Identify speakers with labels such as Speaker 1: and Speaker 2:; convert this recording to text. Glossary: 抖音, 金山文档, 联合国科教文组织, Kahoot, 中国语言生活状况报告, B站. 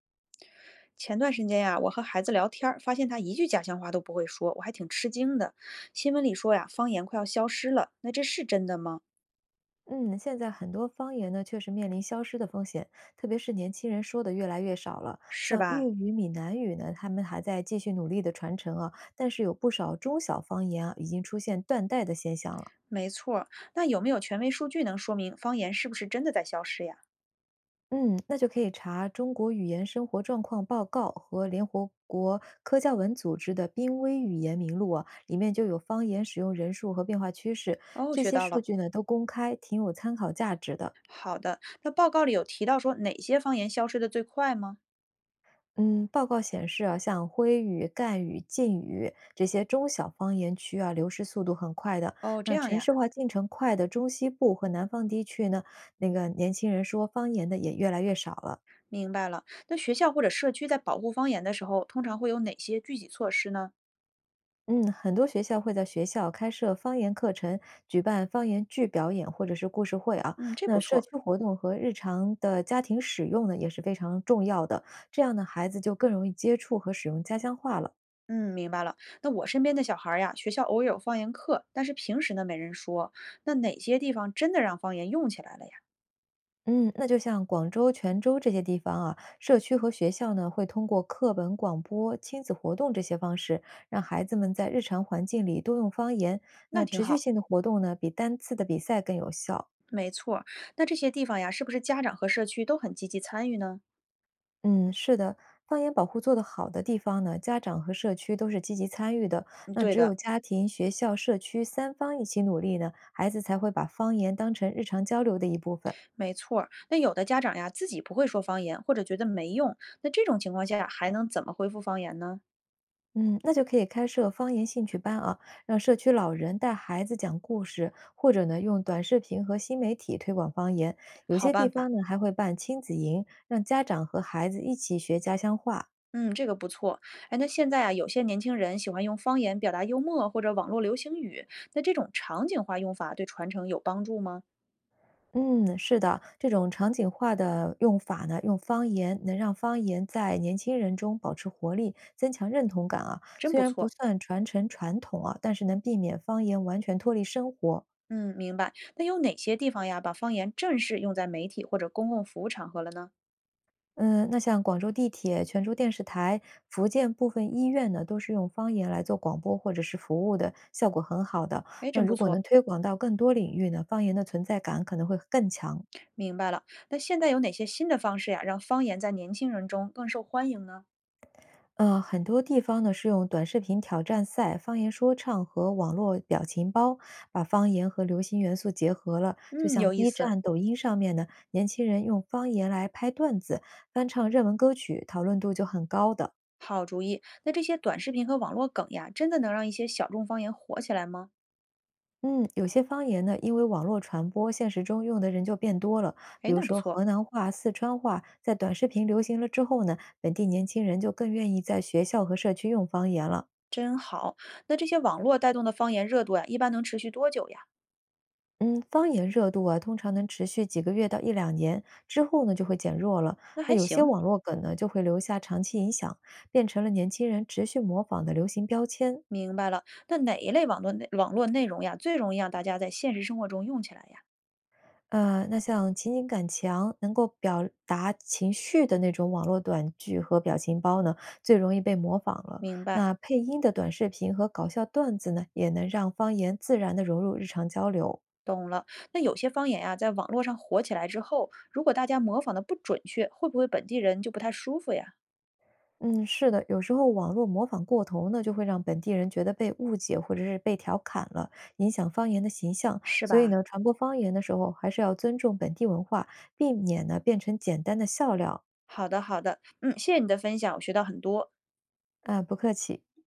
Speaker 1: 前段时间呀，我和孩子聊天儿，发现他一句家乡话都不会说，我还挺吃惊的。新闻里说呀，方言快要消失了，那这是真的吗？
Speaker 2: 嗯，现在很多方言呢，确实面临消失的风险，特别是年轻人说的越来越少了。
Speaker 1: 是
Speaker 2: 像
Speaker 1: 吧？
Speaker 2: 粤语、闽南语呢，他们还在继续努力的传承啊，但是有不少中小方言啊，已经出现断代的现象了。
Speaker 1: 没错儿。那有没有权威数据能说明方言是不是真的在消失呀？
Speaker 2: 嗯，那就可以查《中国语言生活状况报告》和联合国科教文组织的濒危语言名录啊，里面就有方言使用人数和变化趋势，
Speaker 1: 哦，
Speaker 2: 这
Speaker 1: 学
Speaker 2: 些
Speaker 1: 到
Speaker 2: 数
Speaker 1: 了。
Speaker 2: 据呢都公开，挺有参考价值的。
Speaker 1: 好的，那报告里有提到说哪些方言消失的最快吗？
Speaker 2: 嗯，报告显示啊，像徽语、赣语、晋语这些中小方言区啊，流失速度很快的。
Speaker 1: 哦，这
Speaker 2: 那
Speaker 1: 样
Speaker 2: 城
Speaker 1: 呀，
Speaker 2: 市化进程快的中西部和南方地区呢，那个年轻人说方言的也越来越少了。
Speaker 1: 明白了。那学校或者社区在保护方言的时候，通常会有哪些具体措施呢？
Speaker 2: 嗯，很多学校会在学校开设方言课程，举办方言剧表演或者是故事会啊。
Speaker 1: 嗯，这不
Speaker 2: 那社
Speaker 1: 错。
Speaker 2: 区活动和日常的家庭使用呢，也是非常重要的。这样呢，孩子就更容易接触和使用家乡话了。
Speaker 1: 嗯，明白了。那我身边的小孩儿呀，学校偶尔有方言课，但是平时呢没人说。那哪些地方真的让方言用起来了呀？
Speaker 2: 嗯，那就像广州、泉州这些地方啊，社区和学校呢会通过课本、广播、亲子活动这些方式，让孩子们在日常环境里多用方言。
Speaker 1: 那
Speaker 2: 那
Speaker 1: 挺
Speaker 2: 持续
Speaker 1: 好，
Speaker 2: 性的活动呢，比单次的比赛更有效。
Speaker 1: 没错儿。那这些地方呀，是不是家长和社区都很积极参与呢？
Speaker 2: 嗯，是的，方言保护做得好的地方呢，家长和社区都是积极参与的。
Speaker 1: 嗯，
Speaker 2: 那
Speaker 1: 对
Speaker 2: 只有
Speaker 1: 的，
Speaker 2: 家庭、学校、社区三方一起努力呢，孩子才会把方言当成日常交流的一部分。
Speaker 1: 没错儿。那有的家长呀，自己不会说方言，或者觉得没用，那这种情况下还能怎么恢复方言呢？
Speaker 2: 嗯，那就可以开设方言兴趣班啊，让社区老人带孩子讲故事，或者呢用短视频和新媒体推广方言。有
Speaker 1: 好
Speaker 2: 些地
Speaker 1: 办法。
Speaker 2: 方呢还会办亲子营，让家长和孩子一起学家乡话。
Speaker 1: 嗯，这个不错。哎，那现在啊，有些年轻人喜欢用方言表达幽默或者网络流行语，那这种场景化用法对传承有帮助吗？
Speaker 2: 嗯，是的，这种场景化的用法呢，用方言能让方言在年轻人中保持活力，增强认同感啊。
Speaker 1: 真
Speaker 2: 虽
Speaker 1: 不
Speaker 2: 然不
Speaker 1: 错。
Speaker 2: 算传承传统啊，但是能避免方言完全脱离生活。
Speaker 1: 嗯，明白。那有哪些地方呀，把方言正式用在媒体或者公共服务场合了呢？
Speaker 2: 嗯，那像广州地铁、泉州电视台、福建部分医院呢，都是用方言来做广播或者是服务的，效果很好的。
Speaker 1: 哎，
Speaker 2: 那
Speaker 1: 真不
Speaker 2: 如果
Speaker 1: 错，
Speaker 2: 能推广到更多领域呢，方言的存在感可能会更强。
Speaker 1: 明白了。那现在有哪些新的方式呀，让方言在年轻人中更受欢迎呢？
Speaker 2: 很多地方呢是用短视频挑战赛、方言说唱和网络表情包，把方言和流行元素结合了。就
Speaker 1: 嗯，
Speaker 2: 像
Speaker 1: 有意
Speaker 2: B
Speaker 1: 思，
Speaker 2: 站、抖音上面呢，年轻人用方言来拍段子、翻唱热门歌曲，讨论度就很高的。
Speaker 1: 好主意。那这些短视频和网络梗呀，真的能让一些小众方言火起来吗？
Speaker 2: 嗯，有些方言呢，因为网络传播，现实中用的人就变多了。
Speaker 1: 哎，
Speaker 2: 比如
Speaker 1: 那不
Speaker 2: 说
Speaker 1: 错，
Speaker 2: 河南话、四川话，在短视频流行了之后呢，本地年轻人就更愿意在学校和社区用方言了。
Speaker 1: 真好。那这些网络带动的方言热度呀，一般能持续多久呀？
Speaker 2: 嗯，方言热度啊，通常能持续几个月到一两年，之后呢就会减弱了。
Speaker 1: 那
Speaker 2: 那
Speaker 1: 还
Speaker 2: 有些
Speaker 1: 行，
Speaker 2: 网络梗呢，就会留下长期影响，变成了年轻人持续模仿的流行标签。
Speaker 1: 明白了。那哪一类网络容呀，最容易让大家在现实生活中用起来呀？
Speaker 2: 那像情景感强、能够表达情绪的那种网络短剧和表情包呢，最容易被模仿了。
Speaker 1: 明白。
Speaker 2: 那配音的短视频和搞笑段子呢，也能让方言自然的融入日常交流。
Speaker 1: 懂了，那有些方言呀，在网络上火起来之后，如果大家模仿的不准确，会不会本地人就不太舒服呀？
Speaker 2: 嗯，是的，有时候网络模仿过头呢，就会让本地人觉得被误解或者是被调侃了，影响方言的形象。
Speaker 1: 是
Speaker 2: 所以
Speaker 1: 吧？
Speaker 2: 呢，传播方言的时候，还是要尊重本地文化，避免呢变成简单的笑料。
Speaker 1: 好的，好的，嗯，谢谢你的分享，我学到很多。
Speaker 2: 啊、不客气。